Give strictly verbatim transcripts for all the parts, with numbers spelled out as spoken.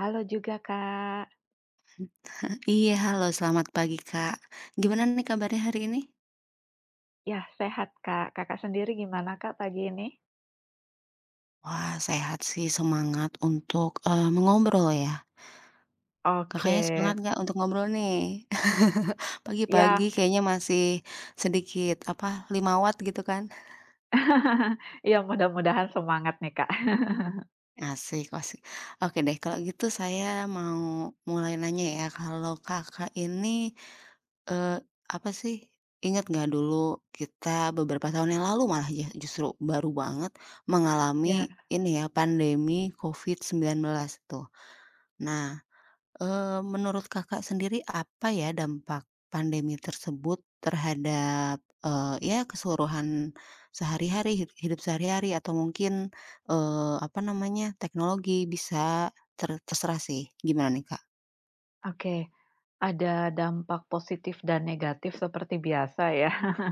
Halo juga, Kak. Iya, halo selamat pagi Kak. Gimana nih kabarnya hari ini? Ya, sehat, Kak. Kakak sendiri gimana, Kak, pagi ini? Wah, sehat sih semangat untuk, eee, mengobrol ya. Oke, Kakaknya semangat nggak untuk ngobrol nih? Pagi-pagi ya. kayaknya masih sedikit, apa, lima watt gitu kan. Ya, mudah-mudahan semangat nih, Kak. Asik asik. Oke deh kalau gitu saya mau mulai nanya ya, kalau Kakak ini Eee, apa sih, ingat nggak dulu kita beberapa tahun yang lalu malah ya justru baru banget mengalami Ya, ini ya, pandemi covid sembilan belas tuh. Nah, eee, menurut Kakak sendiri apa ya dampak pandemi tersebut terhadap, eee, ya keseluruhan sehari-hari, hid hidup sehari-hari atau mungkin, eee, apa namanya, teknologi bisa ter terserah sih, gimana nih, Kak? oke. Ada dampak positif dan negatif seperti biasa ya.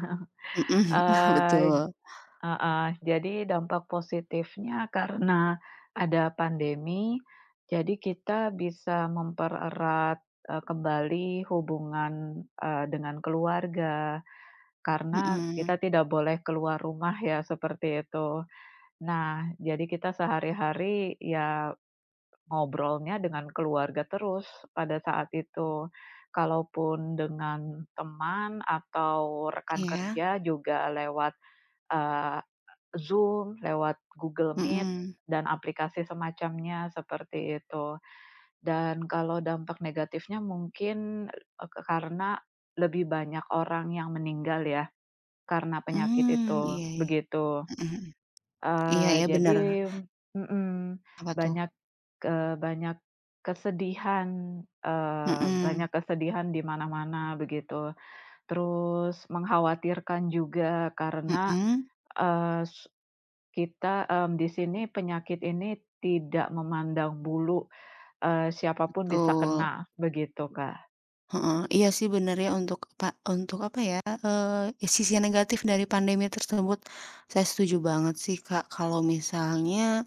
Mhm, Eee, betul. heeh, jadi dampak positifnya karena ada pandemi, jadi kita bisa mempererat, eee, kembali hubungan, eee, dengan keluarga. Karena Mm-mm. kita tidak boleh keluar rumah ya, seperti itu. Nah, jadi kita sehari-hari ya ngobrolnya dengan keluarga terus pada saat itu. Kalaupun dengan teman atau Ya rekan iya, kerja juga lewat, eee, Zoom, lewat Google Meet, mhm. dan aplikasi semacamnya, seperti itu. Dan kalau dampak negatifnya mungkin, eee, karena lebih banyak orang yang meninggal ya. Karena penyakit Mmm, itu, iya iya, begitu. mhm mhm. Iya Eee, ya jadi bener, mhm, apa tuh? banyak, eee, banyak kesedihan, eee, Mhm, banyak kesedihan di mana-mana begitu. Terus mengkhawatirkan juga karena, mhm, eee, s kita, mmm, di sini penyakit ini tidak memandang bulu, eee, siapa pun bisa betul, kena, begitu, Kak. heeh, iya sih bener ya untuk pa untuk apa ya, eee, sisi negatif dari pandemi tersebut, saya setuju banget sih Kak kalau misalnya,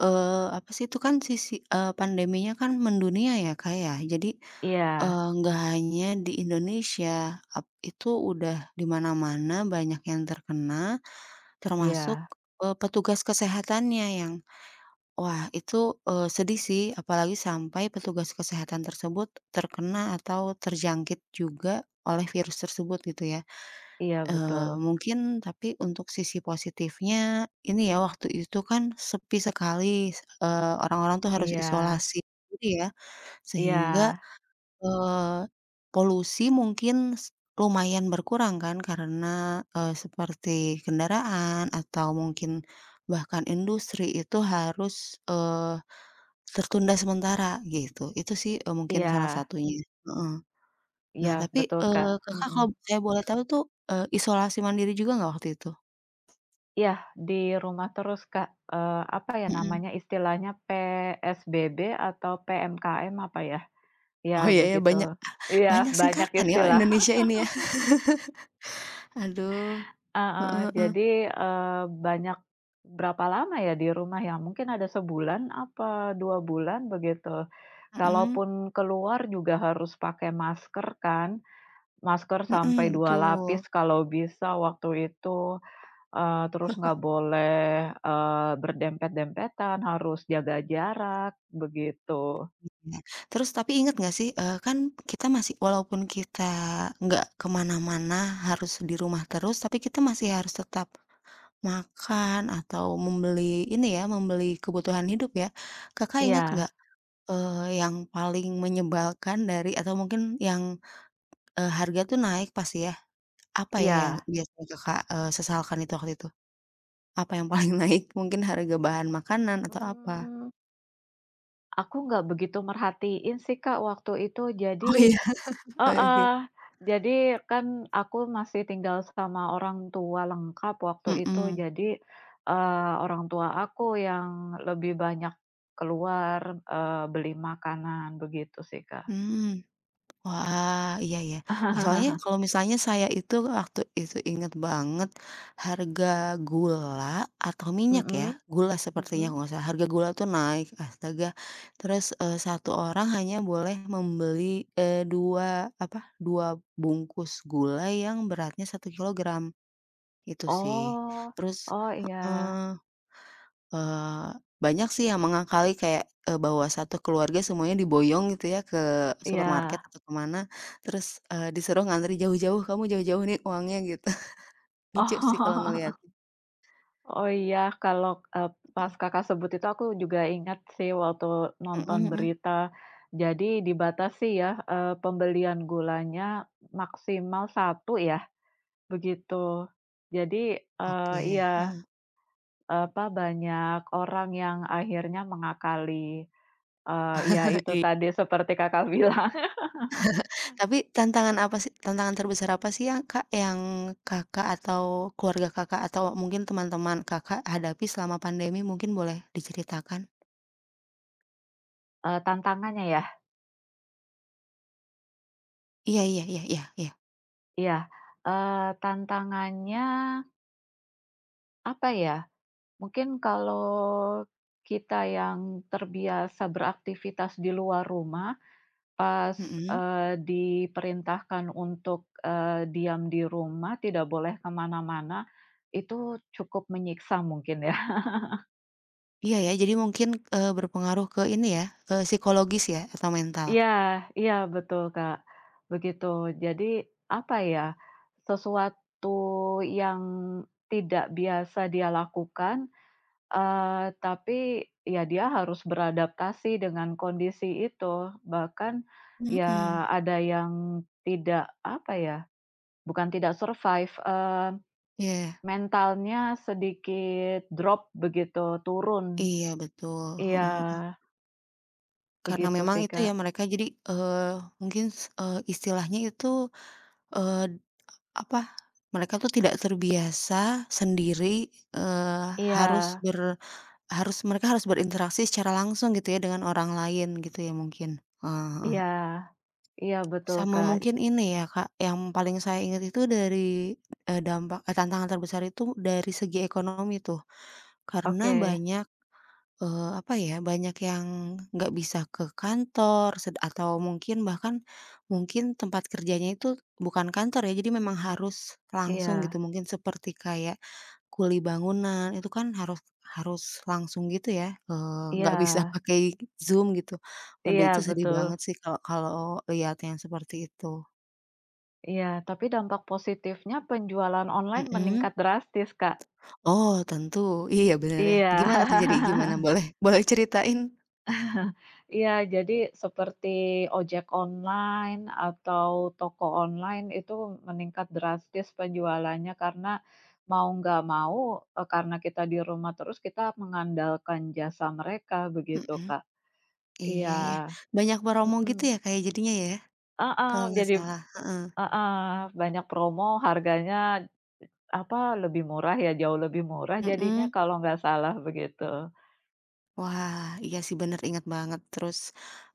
eee, apa sih, itu kan sisi eee, pandeminya kan mendunia ya Kak ya, jadi, Iya, eee, nggak hanya di Indonesia, ap itu udah di mana-mana banyak yang terkena, termasuk, iya, eee, petugas kesehatannya yang, wah, itu, eee, sedih sih, apalagi sampai petugas kesehatan tersebut terkena atau terjangkit juga oleh virus tersebut gitu ya. iya, Eee, betul. Mungkin tapi untuk sisi positifnya ini ya, waktu itu kan sepi sekali, eee, orang-orang tuh harus Iya, isolasi diri ya, iya, sehingga, Eee, polusi mungkin s lumayan berkurang kan karena, eee, seperti kendaraan atau mungkin bahkan industri itu harus, eee, tertunda sementara gitu. Itu sih, eee, mungkin salah iya. satunya, heeh. Nah Iya, tapi, betul, Kak, eee, Kakak mhm. kalau saya boleh tahu tuh, eee, isolasi mandiri juga nggak waktu itu? Iya, di rumah terus, Kak, eee, apa ya Mhm. namanya, istilahnya P S B B atau P M K M apa ya? Ya, Oh iya ya, begitu. banyak Iya, banyak banyak singkatan ya istilah, Indonesia ini ya. Aduh, heeh, heeh heeh, jadi, eee, banyak berapa lama ya di rumah ya, mungkin ada sebulan apa dua bulan begitu. mhm, Kalaupun keluar juga harus pakai masker kan, masker sampai mhm, dua lapis betul. kalau bisa waktu itu. Eee, terus nggak boleh, eee, berdempet-dempetan, harus jaga jarak, begitu. Iya. Terus tapi inget nggak sih, eee, kan kita masih, walaupun kita nggak ke mana-mana, harus di rumah terus, tapi kita masih harus tetap makan atau membeli ini ya, membeli kebutuhan hidup ya. Kakak inget Iya, nggak, eee, yang paling menyebalkan dari, atau mungkin yang, eee, harga tuh naik pasti ya, apa ya yang iya. biasanya Kakak, eee, sesalkan itu waktu itu? Apa yang paling naik? Mungkin harga bahan makanan atau apa? Mmm. Aku nggak begitu merhatiin sih, Kak, waktu itu. Jadi Oh iya? Oh, iya, oke. heeh, jadi kan aku masih tinggal sama orang tua lengkap waktu itu. Mhm. Jadi, eee, orang tua aku yang lebih banyak keluar, eee, beli makanan, begitu sih, Kak. Mmm. Wah, iya ya. Oh, soalnya kalau misalnya saya itu waktu itu inget banget harga gula atau minyak ya, Mhm, gula sepertinya mhm. kalau nggak salah, harga gula tuh naik, astaga. Terus, eee, satu orang hanya boleh membeli, eee, dua apa, dua bungkus gula yang beratnya satu kilogram, itu sih. Oh, Terus, oh iya, Eee, banyak sih yang mengakali kayak, eee, bahwa satu keluarga semuanya diboyong gitu ya ke supermarket iya. atau ke mana, terus, eee, disuruh ngantri jauh-jauh, "Kamu jauh-jauh nih uangnya," gitu. Lucu sih kalau Oh, ngelihat. oh iya kalau, eee, Mhm, pas Kakak sebut itu aku juga ingat sih waktu mhm nonton mhm. berita. Jadi dibatasi ya, eee, pembelian gulanya maksimal satu ya, begitu. Jadi, eee, Oke, iya, apa, banyak orang yang akhirnya mengakali, eee, ya itu iya. tadi seperti Kakak bilang. Tapi tantangan apa sih, tantangan terbesar apa sih yang, Kak, yang Kakak atau keluarga Kakak atau mungkin teman-teman Kakak hadapi selama pandemi, mungkin boleh diceritakan? eee, tantangannya ya? Iya iya iya iya iya, Iya, eee, tantangannya apa ya, mungkin kalau kita yang terbiasa beraktivitas di luar rumah, pas, mhm. eee, diperintahkan untuk, eee, diam di rumah, tidak boleh kemana mana-mana, itu cukup menyiksa mungkin ya. Iya ya, jadi mungkin, eee, berpengaruh ke ini ya, eee, psikologis ya atau mental? Iya, iya, betul, Kak, begitu. Jadi, apa ya, sesuatu yang tidak biasa dia lakukan. Eee, tapi ya dia harus beradaptasi dengan kondisi itu, bahkan ya Mhm, ada yang tidak, apa ya, bukan tidak survive, eee, iya, mentalnya sedikit drop begitu, turun. iya betul, heeh Iya, heeh. Karena begitu memang sih, itu Kak. ya mereka jadi, eee, mungkin s eee, istilahnya itu, eee, apa, mereka tuh tidak terbiasa sendiri, eee, Iya, harus ber harus mereka harus berinteraksi secara langsung gitu ya dengan orang lain gitu ya mungkin? Heeh heeh. iya, iya, betul, Sama Kak. mungkin ini ya, Kak, yang paling saya ingat itu dari, eee, dampak eee, tantangan terbesar itu dari segi ekonomi tuh. Karena Oke, banyak, eee, apa ya, banyak yang nggak bisa ke kantor, sed atau mungkin bahkan mungkin tempat kerjanya itu bukan kantor ya, jadi memang harus langsung iya, gitu, mungkin seperti kayak kuli bangunan, itu kan harus harus langsung gitu ya, eee, nggak bisa iya, pakai Zoom gitu. Waduh, itu iya, sedih betul. banget sih kalau kalau lihat yang seperti itu. Iya, tapi dampak positifnya penjualan online Mhm. meningkat drastis, Kak. Oh, tentu. Iya, iya, bener ya. Iya. Gimana tuh, jadi gimana? Boleh, boleh ceritain? Iya, jadi seperti ojek online atau toko online itu meningkat drastis penjualannya karena mau nggak mau, eee, karena kita di rumah terus kita mengandalkan jasa mereka begitu, Mhm. Kak. Iya, Iya ya. Banyak promo gitu mhm, ya, kayak jadinya ya, heeh, kalau nggak jadi salah? Heeh. heeh, banyak promo harganya apa, lebih murah ya, jauh lebih murah jadinya Mhm. kalau nggak salah begitu. Wah, iya sih bener, ingat banget. Terus,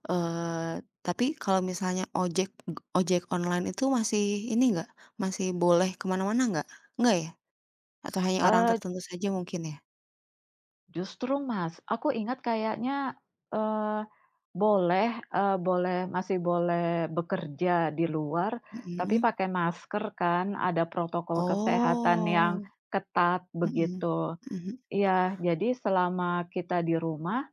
eee, tapi kalau misalnya ojek ojek online itu masih ini nggak, masih boleh ke mana-mana nggak? Nggak ya? Atau hanya orang Eee tertentu saja mungkin ya? Justru Mas, aku ingat kayaknya, eee, boleh, eee, boleh masih boleh bekerja di luar, tapi Mhm. pakai masker kan, ada protokol kesehatan yang Oh. ketat Mhm. begitu. Mhm mhm. Iya, jadi selama kita di rumah,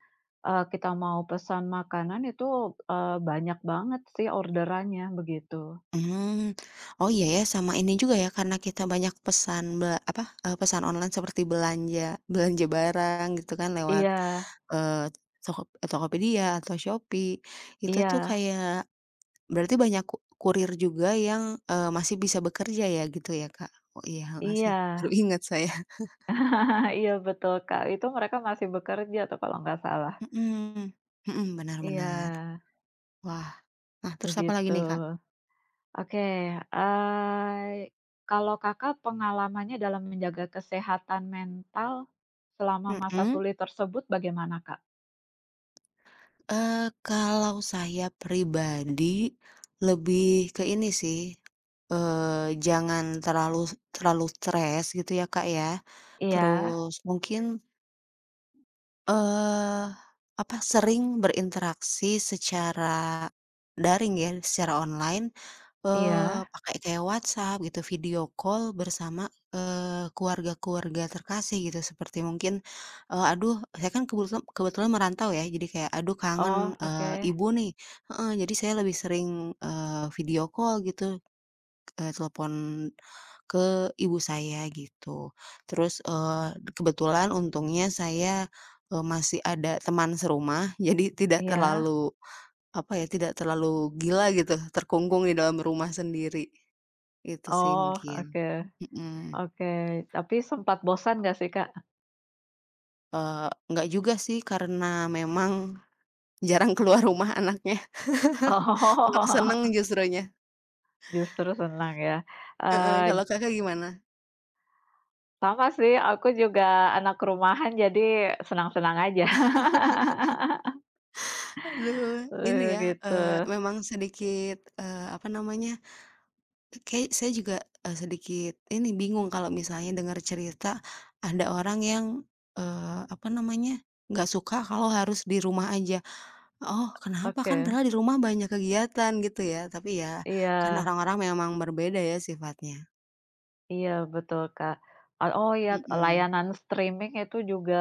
eee, kita mau pesan makanan itu, eee, banyak banget sih orderannya begitu. Mmm, oh iya ya, sama ini juga ya, karena kita banyak pesan be apa, eee, pesan online seperti belanja belanja barang gitu kan lewat, Iya, eee, Toko Tokopedia atau Shopee, itu tuh iya, kayak berarti banyak ku kurir juga yang, eee, masih bisa bekerja ya gitu ya Kak? Oh iya, heeh, sih iya. baru ingat saya. Iya, betul, Kak, itu mereka masih bekerja tuh kalau nggak salah. Mhm, mhm, benar Iya. benar. Wah, nah terus apa lagi Begitu. nih Kak? Oke, eee, kalau Kakak pengalamannya dalam menjaga kesehatan mental selama masa Mhm. sulit tersebut bagaimana, Kak? Eee, kalau saya pribadi lebih ke ini sih, eee, jangan terlalu terlalu stres gitu ya, Kak, ya. Iya, Terus mungkin, eee, apa, sering berinteraksi secara daring ya, secara online. Eee, iya. Pakai kayak WhatsApp gitu, video call bersama, eee, keluarga-keluarga terkasih gitu, seperti mungkin, eee, aduh saya kan kebetulan kebetulan merantau ya, jadi kayak aduh kangen, Oh, oke. eee, ibu nih, heeh, jadi saya lebih sering, eee, video call gitu, eee, telepon ke ibu saya gitu. Terus, eee, kebetulan untungnya saya, eee, masih ada teman serumah, jadi tidak Iya. terlalu, apa ya, tidak terlalu gila gitu, terkungkung di dalam rumah sendiri. Itu sih Oh, mungkin, oke, mhm, oke. Tapi sempat bosan nggak sih, Kak? eee, enggak juga sih karena memang jarang keluar rumah anaknya, malah Oh, seneng justrunya, justru senang ya. heeh, kalau Eee, Kakak gimana? sama sih, aku juga anak rumahan jadi senang-senang aja. Aduh, ini Eee, ya, eee, gitu. memang sedikit, eee, apa namanya, kayak saya juga, eee, sedikit ini bingung kalau misalnya dengar cerita ada orang yang, eee, apa namanya, nggak suka kalau harus di rumah aja. Oh, kenapa? Kan Oke, padahal di rumah banyak kegiatan gitu ya, tapi ya, kan iya. orang-orang memang berbeda ya sifatnya. Iya, betul, Kak. Eee, oh iya, Mhm. layanan streaming itu juga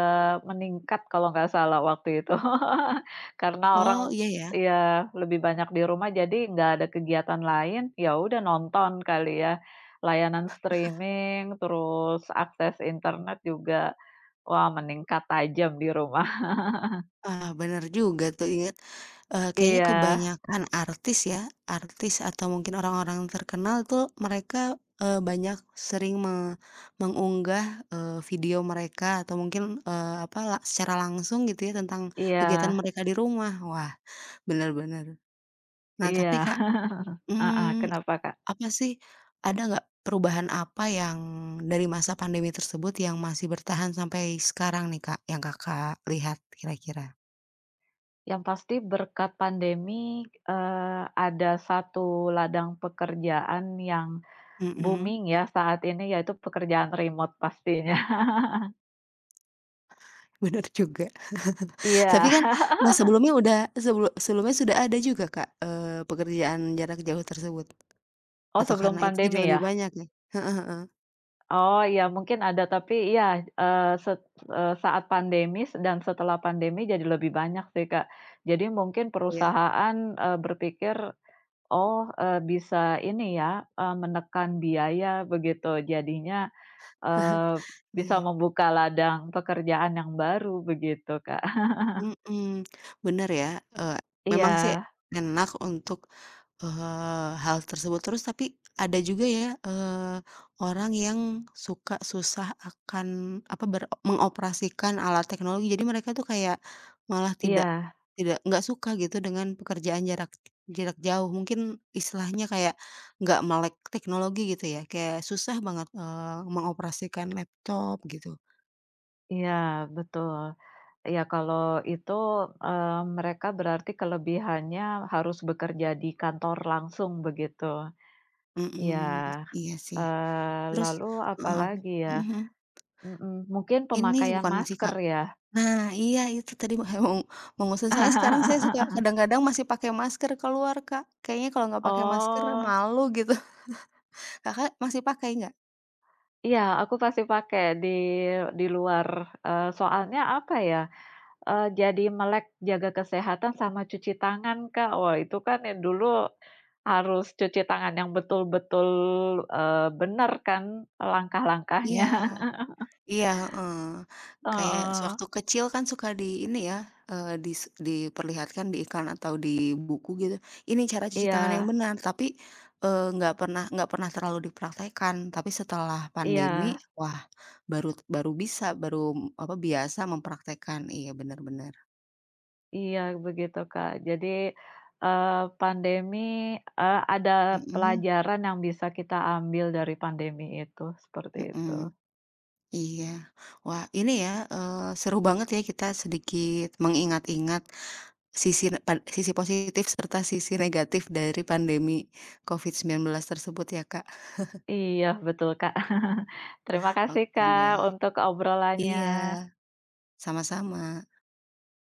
meningkat kalau nggak salah waktu itu. Karena orang Oh, iya ya. ya lebih banyak di rumah jadi nggak ada kegiatan lain, ya udah nonton kali ya. Layanan streaming, terus akses internet juga, wah meningkat tajam di rumah. Ah, bener juga tuh inget, eee, kayaknya Iya, kebanyakan artis ya, artis atau mungkin orang-orang terkenal tuh mereka, eee, banyak sering me mengunggah, eee, video mereka atau mungkin, eee, apa, la secara langsung gitu ya tentang iya, kegiatan mereka di rumah. Wah, benar-benar. Nah iya. tapi Kak, Ah, ah, mmm. kenapa, Kak? Apa sih, ada nggak perubahan apa yang dari masa pandemi tersebut yang masih bertahan sampai sekarang nih, Kak, yang Kakak lihat kira-kira? Yang pasti berkat pandemi, eee, ada satu ladang pekerjaan yang Mhm, booming ya saat ini, yaitu pekerjaan remote pastinya. bener juga. Tapi Iya. kan, nah sebelumnya udah sebelu sebelumnya sudah ada juga, Kak, eee, pekerjaan jarak jauh tersebut? Oh, Atau sebelum karena itu jadi pandemi lebih ya? banyak nih? Heeh heeh, Oh, iya mungkin ada, tapi iya, eee, set eee, saat pandemi s dan setelah pandemi jadi lebih banyak sih, Kak. Jadi mungkin iya perusahaan, eee, berpikir, "Oh, eee, bisa ini ya, eee, menekan biaya," begitu. Jadinya Eee, bisa iya, membuka ladang pekerjaan yang baru begitu, Kak. mhm, bener ya, eee, memang sih Iya, enak untuk, Eee, hal tersebut. Terus tapi ada juga ya, eee, orang yang suka susah akan apa, ber mengoperasikan alat teknologi. Jadi mereka tuh kayak malah tidak iya, tidak nggak suka gitu dengan pekerjaan jarak jarak jauh. Mungkin istilahnya kayak nggak melek teknologi gitu ya, kayak susah banget, eee, mengoperasikan laptop gitu. iya, betul. Iya, kalau itu, eee, mereka berarti kelebihannya harus bekerja di kantor langsung begitu. Iya, Mhm, iya sih. eee, Terus lalu heeh, apa, apalagi ya? mhm mhm. Mhm, mungkin Ini pemakaian bukan sih. masker ya? Nah, iya itu tadi mau mau ngusin, soalnya sekarang saya suka kadang-kadang masih pakai masker keluar, Kak. Kayaknya kalau nggak pakai masker Oh, malu gitu. Kakak masih pakai nggak? iya, aku pasti pakai di di luar, eee, soalnya apa ya, Eee, jadi melek jaga kesehatan sama cuci tangan, Kak. Wah, itu kan ya dulu harus cuci tangan yang betul-betul, eee, bener kan langkah-langkahnya. Iya iya, heeh. Kayak Heeh. sewaktu kecil kan suka di ini ya, eee, dis diperlihatkan di iklan atau di buku gitu, ini cara cuci tangan yang Iya, benar, tapi, eee, nggak pernah nggak pernah terlalu dipraktekkan. Tapi setelah pandemi, iya, wah, baru baru bisa, baru apa, biasa mempraktekkan. Iya, benar bener. iya, begitu, Kak. Jadi, eee, pandemi, eee, ada Mhm. pelajaran yang bisa kita ambil dari pandemi itu, seperti itu. Mhm, iya. Wah, ini ya, eee, seru banget ya kita sedikit mengingat-ingat sisi ne sisi positif serta sisi negatif dari pandemi covid sembilan belas tersebut ya, Kak. Iya, betul, Kak. Terima kasih, Oke Kak, deh. untuk obrolannya. Iya, sama-sama.